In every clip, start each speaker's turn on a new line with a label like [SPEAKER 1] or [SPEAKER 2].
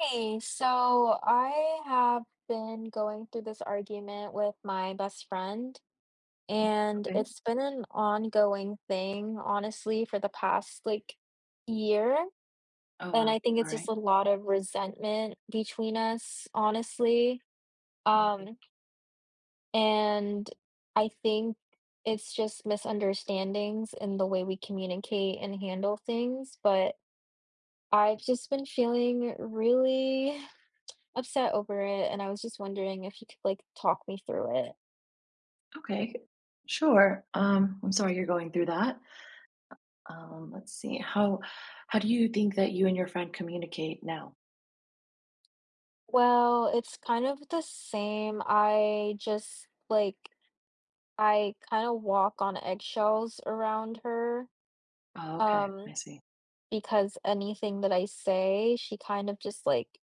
[SPEAKER 1] Hey, so I have been going through this argument with my best friend, and
[SPEAKER 2] Okay.
[SPEAKER 1] it's been an ongoing thing, honestly, for the past like year.
[SPEAKER 2] Oh,
[SPEAKER 1] And I
[SPEAKER 2] wow.
[SPEAKER 1] think
[SPEAKER 2] All
[SPEAKER 1] it's just
[SPEAKER 2] right.
[SPEAKER 1] a lot of resentment between us, honestly.
[SPEAKER 2] Mhm.
[SPEAKER 1] Um, and I think it's just misunderstandings in the way we communicate and handle things, but I've just been feeling really upset over it, and I was just wondering if you could, like, talk me through it.
[SPEAKER 2] Okay. Sure. I'm sorry you're going through that. Let's see. How do you think that you and your friend communicate now?
[SPEAKER 1] Well, it's kind of the same. I just, like I kinda walk on eggshells around her,
[SPEAKER 2] Oh, okay. I
[SPEAKER 1] um,
[SPEAKER 2] see.
[SPEAKER 1] because anything that I say, she kind of just,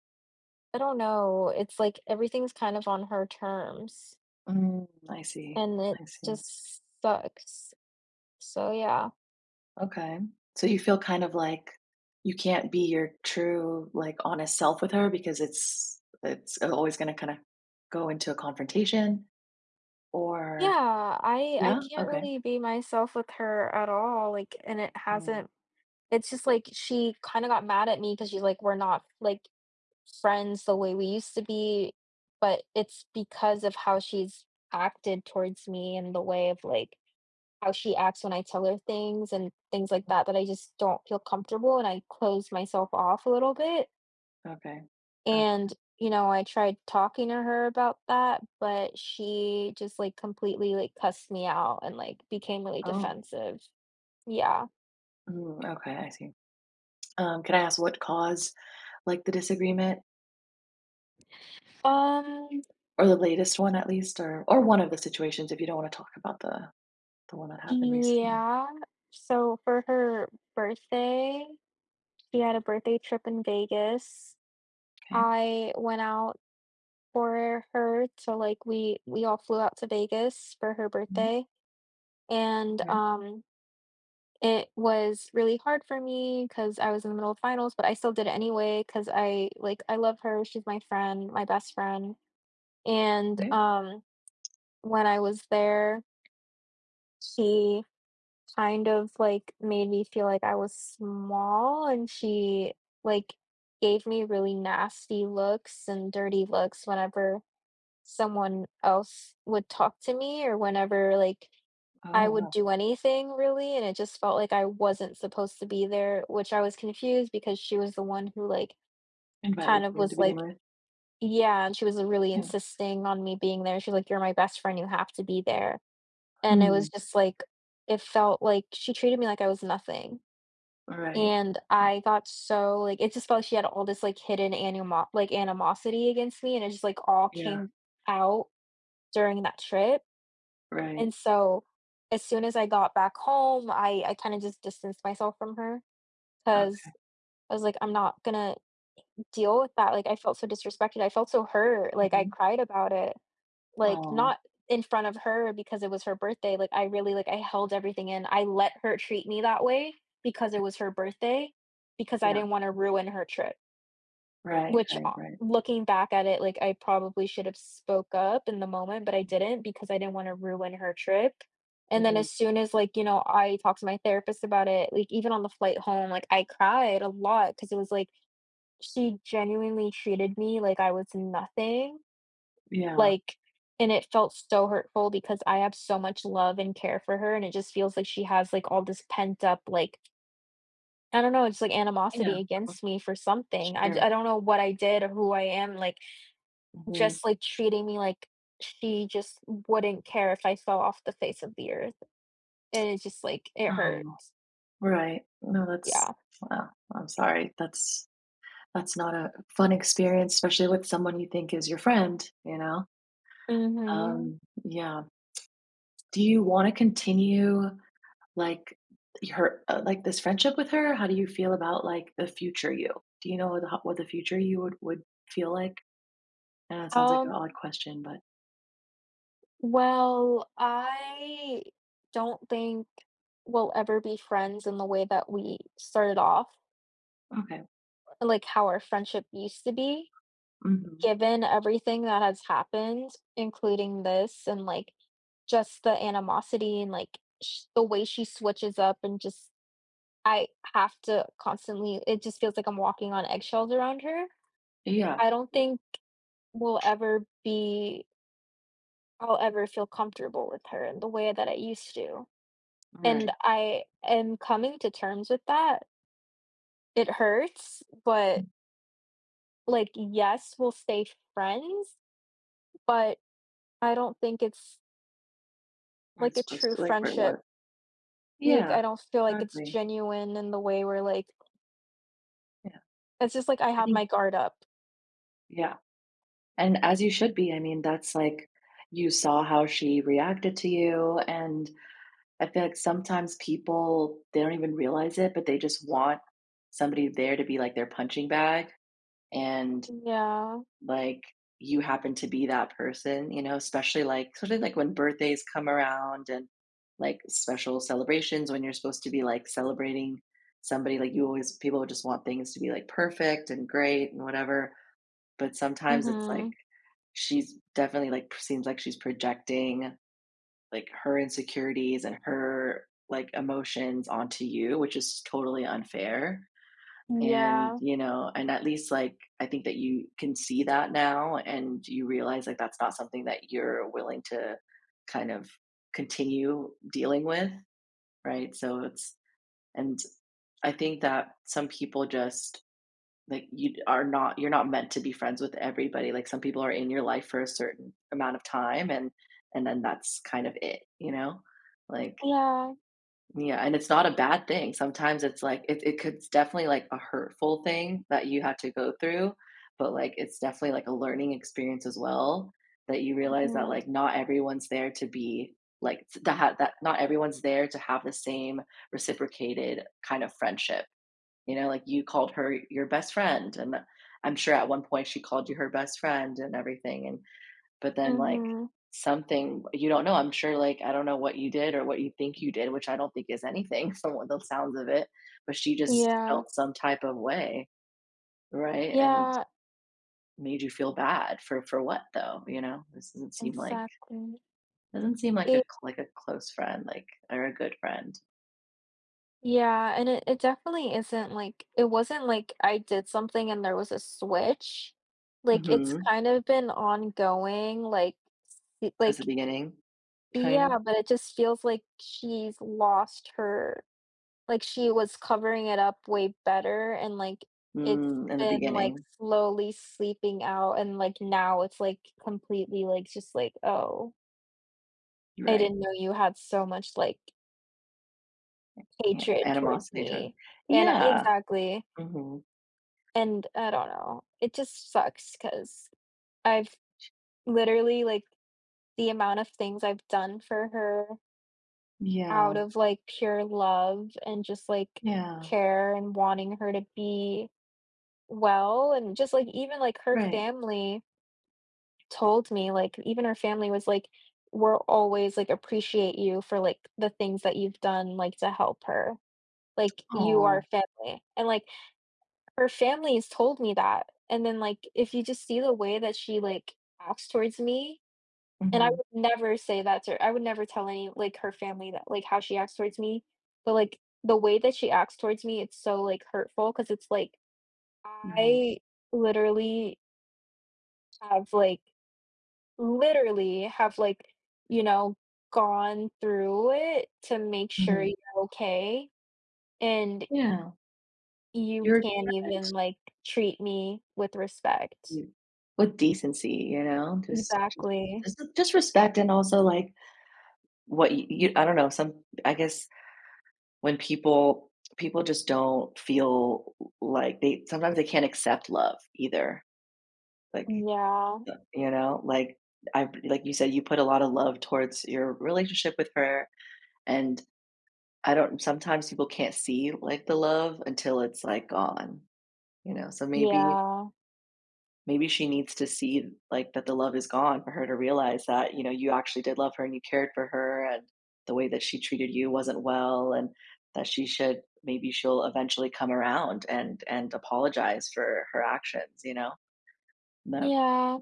[SPEAKER 1] I don't know, it's like everything's kind of on her terms,
[SPEAKER 2] Mm, I see.
[SPEAKER 1] and it
[SPEAKER 2] I see.
[SPEAKER 1] just sucks. So, yeah.
[SPEAKER 2] Okay. So you feel kind of like you can't be your true, like honest self with her because it's always going to kind of go into a confrontation or
[SPEAKER 1] Yeah, I
[SPEAKER 2] yeah?
[SPEAKER 1] can't
[SPEAKER 2] Okay.
[SPEAKER 1] really be myself with her at all, like, and it
[SPEAKER 2] Mm,
[SPEAKER 1] hasn't. It's just like she kinda got mad at me because she's like, "We're not, like, friends the way we used to be," but it's because of how she's acted towards me and the way of, like, how she acts when I tell her things and things like that, that I just don't feel comfortable and I close myself off a little bit,
[SPEAKER 2] okay. Okay.
[SPEAKER 1] and, I tried talking to her about that, but she just, like, completely, like, cussed me out and, like, became really
[SPEAKER 2] Oh.
[SPEAKER 1] defensive. Yeah.
[SPEAKER 2] Mm, okay, I see. Can I ask what caused like the disagreement
[SPEAKER 1] Um
[SPEAKER 2] or the latest one at least or one of the situations if you don't want to talk about the one that happened recently?
[SPEAKER 1] Yeah. So for her birthday, she had a birthday trip in Vegas.
[SPEAKER 2] Okay.
[SPEAKER 1] I went out for her to like we all flew out to Vegas for her
[SPEAKER 2] Mhm.
[SPEAKER 1] birthday, and
[SPEAKER 2] Right.
[SPEAKER 1] it was really hard for me because I was in the middle of finals, but I still did it anyway because I love her. She's my friend, my best friend. And
[SPEAKER 2] Right.
[SPEAKER 1] When I was there, she kind of, like, made me feel like I was small, and she, like, gave me really nasty looks and dirty looks whenever someone else would talk to me, or whenever, like, I
[SPEAKER 2] Oh,
[SPEAKER 1] would
[SPEAKER 2] wow.
[SPEAKER 1] do anything really, and it just felt like I wasn't supposed to be there, which I was confused because she was the one who, like, kind
[SPEAKER 2] Invited
[SPEAKER 1] of
[SPEAKER 2] you
[SPEAKER 1] was
[SPEAKER 2] to begin
[SPEAKER 1] like
[SPEAKER 2] with.
[SPEAKER 1] yeah, and she was, really
[SPEAKER 2] Yeah.
[SPEAKER 1] insisting on me being there. She's like, "You're my best friend, you have to be there." And it
[SPEAKER 2] Hmm.
[SPEAKER 1] was just like it felt like she treated me like I was nothing.
[SPEAKER 2] Right.
[SPEAKER 1] And I got so like, it just felt like she had all this, like, hidden animosity against me, and it just, like, all
[SPEAKER 2] Yeah.
[SPEAKER 1] came out during that trip,
[SPEAKER 2] Right.
[SPEAKER 1] and so, as soon as I got back home, I kinda just distanced myself from her
[SPEAKER 2] Okay.
[SPEAKER 1] because I was like, "I'm not gonna deal with that," like, I felt so disrespected, I felt so hurt, like, I
[SPEAKER 2] Hmm.
[SPEAKER 1] cried about it. Like,
[SPEAKER 2] Oh.
[SPEAKER 1] not in front of her because it was her birthday, like, I held everything in. I let her treat me that way because it was her birthday, because I
[SPEAKER 2] Yeah.
[SPEAKER 1] didn't wanna ruin her trip,
[SPEAKER 2] Right.
[SPEAKER 1] which,
[SPEAKER 2] Right. Right.
[SPEAKER 1] looking back at it, like, I probably should have spoke up in the moment, but I didn't because I didn't wanna ruin her trip. And then
[SPEAKER 2] Hmm.
[SPEAKER 1] as soon as, like, you know, I talked to my therapist about it, like, even on the flight home, like, I cried a lot because it was like, she genuinely treated me like I was nothing,
[SPEAKER 2] Yeah.
[SPEAKER 1] like, and it felt so hurtful because I have so much love and care for her, and it just feels like she has, like, all this pent up, like, I don't know, it's like animosity
[SPEAKER 2] Yeah. Well,
[SPEAKER 1] against me for something.
[SPEAKER 2] sure.
[SPEAKER 1] I don't know what I did or who I am, like,
[SPEAKER 2] Hmm.
[SPEAKER 1] just, like, treating me like she just wouldn't care if I fell off the face of the earth, and it's just, like, it
[SPEAKER 2] Oh.
[SPEAKER 1] hurts.
[SPEAKER 2] Right. No, that's.
[SPEAKER 1] Yeah.
[SPEAKER 2] Well, I'm sorry. That's not a fun experience, especially with someone you think is your friend, you know?
[SPEAKER 1] Mhm.
[SPEAKER 2] Um, yeah. Do you wanna continue, like, her like, this friendship with her? How do you feel about, like, the future you? Do you know what the future you would feel like? And know it sounds like an odd
[SPEAKER 1] Um,
[SPEAKER 2] question, but
[SPEAKER 1] well, I don't think we'll ever be friends in the way that we started off,
[SPEAKER 2] okay.
[SPEAKER 1] like how our friendship used to be,
[SPEAKER 2] Mhm.
[SPEAKER 1] given everything that has happened, including this and just the animosity and like the way she switches up and just I have to constantly it just feels like I'm walking on eggshells around her.
[SPEAKER 2] Yeah.
[SPEAKER 1] I don't think we'll ever be I'll ever feel comfortable with her in the way that I used to. And
[SPEAKER 2] Right.
[SPEAKER 1] I am coming to terms with that. It hurts, but like yes, we'll stay friends, but I don't think it's,
[SPEAKER 2] Where
[SPEAKER 1] like, a
[SPEAKER 2] it's supposed
[SPEAKER 1] true
[SPEAKER 2] to like, where it
[SPEAKER 1] friendship.
[SPEAKER 2] was.
[SPEAKER 1] Like,
[SPEAKER 2] Yeah.
[SPEAKER 1] I don't feel like it's
[SPEAKER 2] Exactly.
[SPEAKER 1] genuine in the way where, like
[SPEAKER 2] Yeah.
[SPEAKER 1] it's just like I
[SPEAKER 2] I
[SPEAKER 1] have
[SPEAKER 2] think
[SPEAKER 1] my guard up.
[SPEAKER 2] yeah. And as you should be, I mean, that's like you saw how she reacted to you and I feel like sometimes people, they don't even realize it, but they just want somebody there to be like their punching bag and
[SPEAKER 1] Yeah.
[SPEAKER 2] like you happen to be that person, especially like when birthdays come around and like special celebrations when you're supposed to be like celebrating somebody like you always people just want things to be like perfect and great and whatever, but sometimes it's like
[SPEAKER 1] Mhm.
[SPEAKER 2] she's definitely like seems like she's projecting like her insecurities and her like emotions onto you, which is totally unfair. And,
[SPEAKER 1] Yeah.
[SPEAKER 2] you know, and at least like I think that you can see that now and you realize like that's not something that you're willing to kind of continue dealing with, right? So it's and I think that some people just like you're not meant to be friends with everybody. Like some people are in your life for a certain amount of time and then that's kind of it, you know? Like
[SPEAKER 1] Yeah.
[SPEAKER 2] yeah, and it's not a bad thing. Sometimes it's like it's definitely like a hurtful thing that you had to go through, but like it's definitely like a learning experience as well that you realize that
[SPEAKER 1] Mhm.
[SPEAKER 2] like not everyone's there to be like to have that not everyone's there to have the same reciprocated kind of friendship. You know, like you called her your best friend and I'm sure at one point she called you her best friend and everything and but then, like,
[SPEAKER 1] Mhm.
[SPEAKER 2] something you don't know, I'm sure, like, I don't know what you did or what you think you did, which I don't think is anything from what the sounds of it, but she just
[SPEAKER 1] Yeah.
[SPEAKER 2] felt some type of way, right? And
[SPEAKER 1] Yeah,
[SPEAKER 2] made you feel bad for what though, you know? This doesn't seem like
[SPEAKER 1] exactly.
[SPEAKER 2] doesn't seem like a
[SPEAKER 1] It
[SPEAKER 2] close friend, like, or a good friend.
[SPEAKER 1] yeah, and it definitely isn't like it wasn't like I did something and there was a switch. Like, it's
[SPEAKER 2] Mhm.
[SPEAKER 1] kind of been ongoing, like, it
[SPEAKER 2] Since the
[SPEAKER 1] like
[SPEAKER 2] beginning, kind of?
[SPEAKER 1] yeah, but it just feels like she's lost her. Like, she was covering it up way better, and, like, it's
[SPEAKER 2] Mm, in the
[SPEAKER 1] been, like,
[SPEAKER 2] beginning,
[SPEAKER 1] slowly sleeping out, and, like, now it's, like, completely, like, just like, "Oh, I
[SPEAKER 2] right.
[SPEAKER 1] didn't know you had so much, like,
[SPEAKER 2] Yeah,
[SPEAKER 1] hatred towards
[SPEAKER 2] animosity towards.
[SPEAKER 1] me." And
[SPEAKER 2] Yeah.
[SPEAKER 1] exactly,
[SPEAKER 2] Mhm.
[SPEAKER 1] and I don't know, it just sucks because 'cause I've literally, like the amount of things I've done for her
[SPEAKER 2] Yeah,
[SPEAKER 1] out of, like, pure love and just, like,
[SPEAKER 2] yeah,
[SPEAKER 1] care and wanting her to be well, and just, like, even, like, her
[SPEAKER 2] right.
[SPEAKER 1] family told me, like, even her family was like, "We're always, like, appreciate you for, like, the things that you've done, like, to help her. Like, you are
[SPEAKER 2] Oh.
[SPEAKER 1] family." And, like, her family has told me that, and then, like, if you just see the way that she, like, acts towards me and I would never say that to her. I would never tell any like, her family that like, how she acts towards me, but, like, the way that she acts towards me, it's so, like, hurtful because it's like,
[SPEAKER 2] Right.
[SPEAKER 1] I literally have, like literally have, like, you know, gone through it to make sure
[SPEAKER 2] Mhm.
[SPEAKER 1] you're okay, and
[SPEAKER 2] Yeah,
[SPEAKER 1] you
[SPEAKER 2] you're
[SPEAKER 1] can't even,
[SPEAKER 2] correct.
[SPEAKER 1] like, treat me with respect.
[SPEAKER 2] You with decency, you know, just just
[SPEAKER 1] Exactly.
[SPEAKER 2] just just respect and also, like, what you I don't know, some I guess when people just don't feel like they sometimes they can't accept love either, like,
[SPEAKER 1] Yeah,
[SPEAKER 2] like, I like you said, you put a lot of love towards your relationship with her, and I don't sometimes people can't see, like, the love until it's, like, gone, you know, so maybe
[SPEAKER 1] yeah,
[SPEAKER 2] Maybe she needs to see, like, that the love is gone for her to realize that, you know, you actually did love her and you cared for her and the way that she treated you wasn't well and that she should maybe she'll eventually come around and apologize for her actions, you know? No,
[SPEAKER 1] yeah,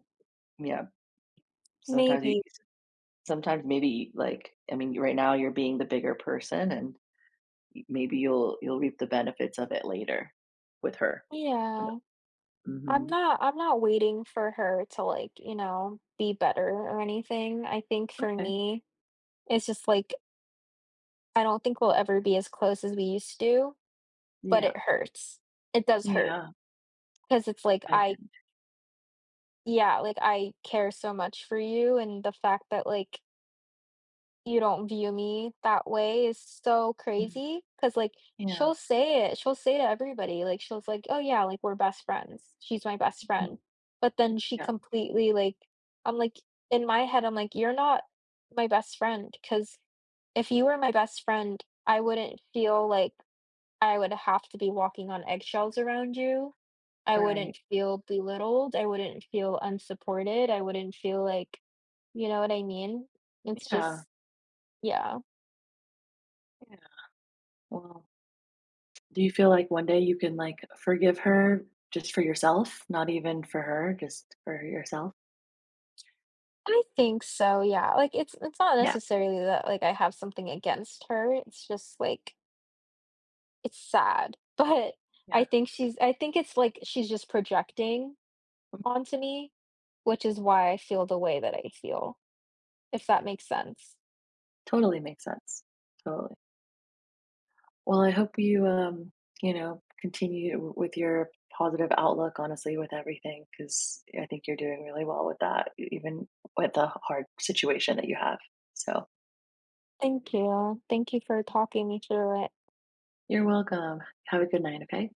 [SPEAKER 2] yeah, sometimes you
[SPEAKER 1] maybe.
[SPEAKER 2] sometimes maybe, like I mean, right now you're being the bigger person and y maybe you'll reap the benefits of it later with her.
[SPEAKER 1] Yeah.
[SPEAKER 2] Mhm.
[SPEAKER 1] I'm not waiting for her to, like, you know, be better or anything. I think for
[SPEAKER 2] Okay.
[SPEAKER 1] me, it's just, like, I don't think we'll ever be as close as we used to, but
[SPEAKER 2] Yeah.
[SPEAKER 1] it hurts. It does hurt.
[SPEAKER 2] Yeah,
[SPEAKER 1] 'Cause it's like
[SPEAKER 2] I
[SPEAKER 1] I
[SPEAKER 2] get.
[SPEAKER 1] yeah, like, I care so much for you, and the fact that, like, you don't view me that way is so
[SPEAKER 2] Mm.
[SPEAKER 1] crazy. Cause like,
[SPEAKER 2] Yeah.
[SPEAKER 1] she'll say to everybody, like, she'll like, "Oh, yeah, like, we're best friends. She's my best
[SPEAKER 2] Mhm.
[SPEAKER 1] friend." But then she
[SPEAKER 2] Yeah.
[SPEAKER 1] completely, like I'm like in my head, I'm like, "You're not my best friend. Cause if you were my best friend, I wouldn't feel like I would have to be walking on eggshells around you." I
[SPEAKER 2] Right.
[SPEAKER 1] wouldn't feel belittled, I wouldn't feel unsupported, I wouldn't feel like you know what I mean? It's
[SPEAKER 2] Yeah.
[SPEAKER 1] just yeah.
[SPEAKER 2] Yeah. Well, do you feel like one day you can like forgive her just for yourself, not even for her, just for yourself?
[SPEAKER 1] I think so, yeah, like, it's not
[SPEAKER 2] Yeah.
[SPEAKER 1] necessarily that, like, I have something against her, it's just, like, it's sad, but
[SPEAKER 2] Yeah.
[SPEAKER 1] I think it's, like, she's just projecting onto me, which is why I feel the way that I feel, if that makes sense.
[SPEAKER 2] Totally makes sense. Totally. Well, I hope you continue with your positive outlook honestly with everything cuz I think you're doing really well with that even with the hard situation that you have. So,
[SPEAKER 1] Thank you. Thank you for talking me through it.
[SPEAKER 2] you're welcome. Have a good night, okay?